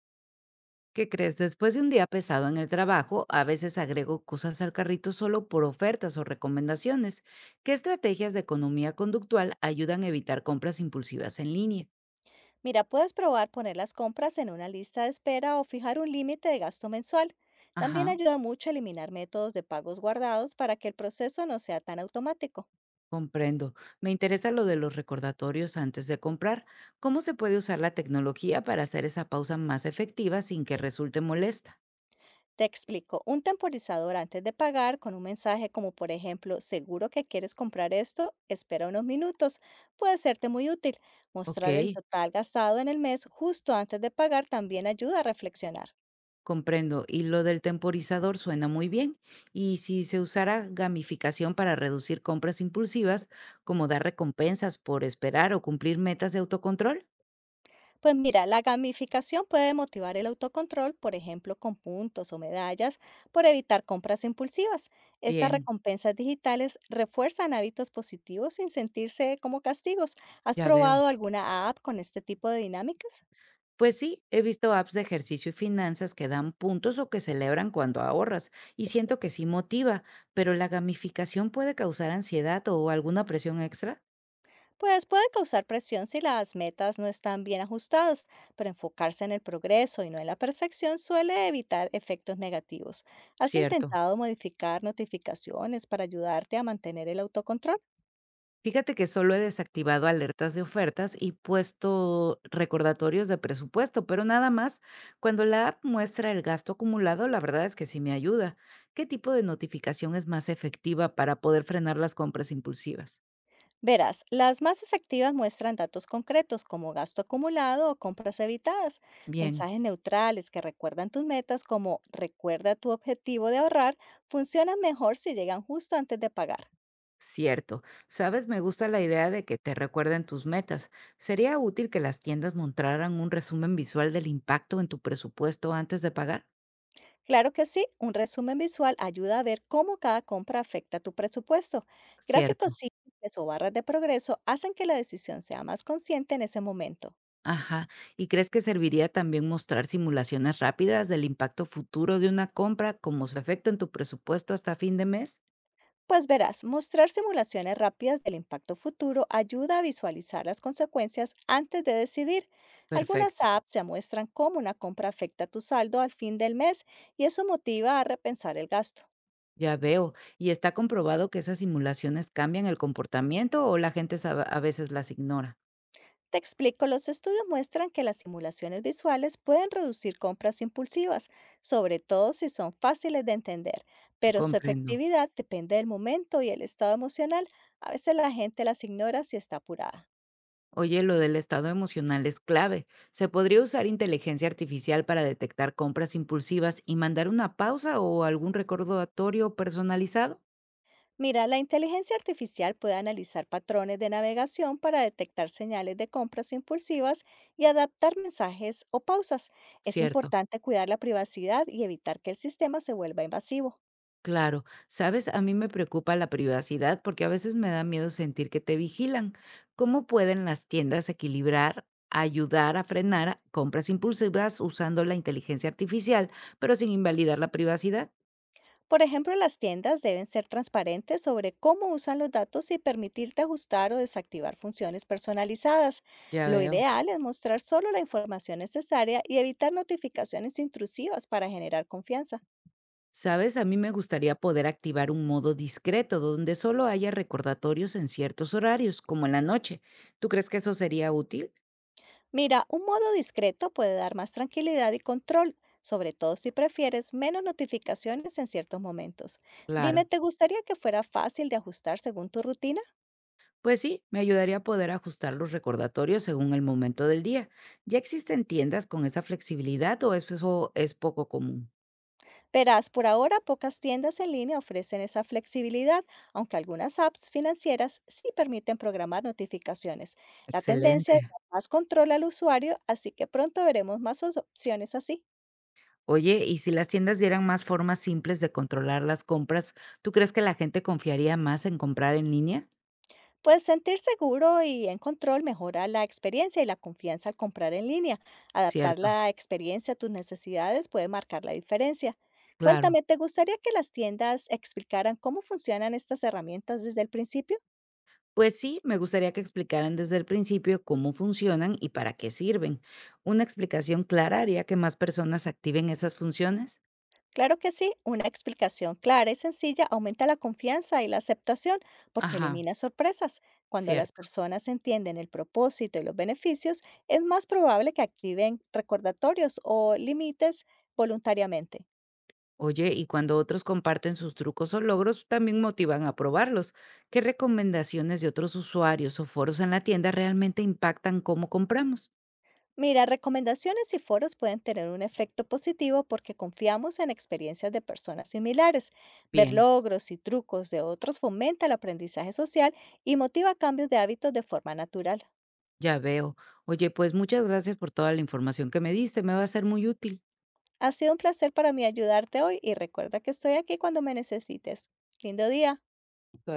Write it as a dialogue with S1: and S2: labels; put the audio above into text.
S1: ¿Qué crees? Después de un día pesado en el trabajo, a veces agrego cosas al carrito solo por ofertas o recomendaciones. ¿Qué estrategias de economía conductual ayudan a evitar compras impulsivas en línea?
S2: Mira, puedes probar poner las compras en una lista de espera o fijar un límite de gasto mensual. También
S1: Ajá,
S2: ayuda mucho a eliminar métodos de pagos guardados para que el proceso no sea tan automático.
S1: comprendo. Me interesa lo de los recordatorios antes de comprar. ¿Cómo se puede usar la tecnología para hacer esa pausa más efectiva sin que resulte molesta?
S2: Te explico, un temporizador antes de pagar con un mensaje como por ejemplo, seguro que quieres comprar esto, espera unos minutos, puede serte muy útil.
S1: Ok.
S2: Mostrar el total gastado en el mes justo antes de pagar también ayuda a reflexionar.
S1: Comprendo. Y lo del temporizador suena muy bien. Y si se usara gamificación para reducir compras impulsivas, como dar recompensas por esperar o cumplir metas de autocontrol.
S2: Pues mira, la gamificación puede motivar el autocontrol, por ejemplo, con puntos o medallas, por evitar compras impulsivas. Estas
S1: Bien,
S2: recompensas digitales refuerzan hábitos positivos sin sentirse como castigos. ¿Has
S1: ya veo.
S2: probado alguna app con este tipo de dinámicas?
S1: Pues sí, he visto apps de ejercicio y finanzas que dan puntos o que celebran cuando ahorras, y siento que sí motiva, pero la gamificación puede causar ansiedad o alguna presión extra.
S2: Pues puede causar presión si las metas no están bien ajustadas, pero enfocarse en el progreso y no en la perfección suele evitar efectos negativos. ¿Has
S1: Cierto.
S2: intentado modificar notificaciones para ayudarte a mantener el autocontrol?
S1: Fíjate que solo he desactivado alertas de ofertas y puesto recordatorios de presupuesto, pero nada más. Cuando la app muestra el gasto acumulado, la verdad es que sí me ayuda. ¿Qué tipo de notificación es más efectiva para poder frenar las compras impulsivas?
S2: Verás, las más efectivas muestran datos concretos como gasto acumulado o compras evitadas,
S1: Bien,
S2: mensajes neutrales que recuerdan tus metas como recuerda tu objetivo de ahorrar, funcionan mejor si llegan justo antes de pagar.
S1: cierto. Sabes, me gusta la idea de que te recuerden tus metas. ¿Sería útil que las tiendas mostraran un resumen visual del impacto en tu presupuesto antes de pagar?
S2: Claro que sí, un resumen visual ayuda a ver cómo cada compra afecta tu presupuesto. Gráficos
S1: Cierto.
S2: simples o barras de progreso hacen que la decisión sea más consciente en ese momento.
S1: Ajá. ¿Y crees que serviría también mostrar simulaciones rápidas del impacto futuro de una compra, como su efecto en tu presupuesto hasta fin de mes?
S2: Pues verás, mostrar simulaciones rápidas del impacto futuro ayuda a visualizar las consecuencias antes de decidir. Algunas
S1: Perfecto,
S2: apps ya muestran cómo una compra afecta tu saldo al fin del mes y eso motiva a repensar el gasto.
S1: ya veo. ¿Y está comprobado que esas simulaciones cambian el comportamiento o la gente a veces las ignora?
S2: Te explico, los estudios muestran que las simulaciones visuales pueden reducir compras impulsivas, sobre todo si son fáciles de entender, pero su
S1: Comprendo.
S2: efectividad depende del momento y el estado emocional. A veces la gente las ignora si está apurada.
S1: Oye, lo del estado emocional es clave. ¿Se podría usar inteligencia artificial para detectar compras impulsivas y mandar una pausa o algún recordatorio personalizado?
S2: Mira, la inteligencia artificial puede analizar patrones de navegación para detectar señales de compras impulsivas y adaptar mensajes o pausas. Es
S1: Cierto.
S2: importante cuidar la privacidad y evitar que el sistema se vuelva invasivo.
S1: Claro, sabes, a mí me preocupa la privacidad porque a veces me da miedo sentir que te vigilan. ¿Cómo pueden las tiendas equilibrar, ayudar a frenar compras impulsivas usando la inteligencia artificial, pero sin invalidar la privacidad?
S2: Por ejemplo, las tiendas deben ser transparentes sobre cómo usan los datos y permitirte ajustar o desactivar funciones personalizadas.
S1: Ya
S2: Lo
S1: veo.
S2: ideal es mostrar solo la información necesaria y evitar notificaciones intrusivas para generar confianza.
S1: Sabes, a mí me gustaría poder activar un modo discreto donde solo haya recordatorios en ciertos horarios, como en la noche. ¿Tú crees que eso sería útil?
S2: Mira, un modo discreto puede dar más tranquilidad y control, sobre todo si prefieres menos notificaciones en ciertos momentos. Dime,
S1: Claro.
S2: ¿te gustaría que fuera fácil de ajustar según tu rutina?
S1: Pues sí, me ayudaría a poder ajustar los recordatorios según el momento del día. ¿Ya existen tiendas con esa flexibilidad o eso es poco común?
S2: Verás, por ahora pocas tiendas en línea ofrecen esa flexibilidad, aunque algunas apps financieras sí permiten programar notificaciones. La tendencia es
S1: Excelente.
S2: dar más control al usuario, así que pronto veremos más opciones así.
S1: Oye, y si las tiendas dieran más formas simples de controlar las compras, ¿tú crees que la gente confiaría más en comprar en línea?
S2: Pues sentir seguro y en control mejora la experiencia y la confianza al comprar en línea. Adaptar
S1: Cierto,
S2: la experiencia a tus necesidades puede marcar la diferencia.
S1: claro.
S2: Cuéntame, ¿te gustaría que las tiendas explicaran cómo funcionan estas herramientas desde el principio?
S1: Pues sí, me gustaría que explicaran desde el principio cómo funcionan y para qué sirven. Una explicación clara haría que más personas activen esas funciones.
S2: Claro que sí, una explicación clara y sencilla aumenta la confianza y la aceptación porque
S1: Ajá,
S2: elimina sorpresas. Cuando las
S1: cierto.
S2: personas entienden el propósito y los beneficios, es más probable que activen recordatorios o límites voluntariamente.
S1: Oye, y cuando otros comparten sus trucos o logros, también motivan a probarlos. ¿Qué recomendaciones de otros usuarios o foros en la tienda realmente impactan cómo compramos?
S2: Mira, recomendaciones y foros pueden tener un efecto positivo porque confiamos en experiencias de personas similares. Ver
S1: Bien,
S2: logros y trucos de otros fomenta el aprendizaje social y motiva cambios de hábitos de forma natural.
S1: ya veo. Oye, pues muchas gracias por toda la información que me diste, me va a ser muy útil.
S2: Ha sido un placer para mí ayudarte hoy y recuerda que estoy aquí cuando me necesites. Lindo día.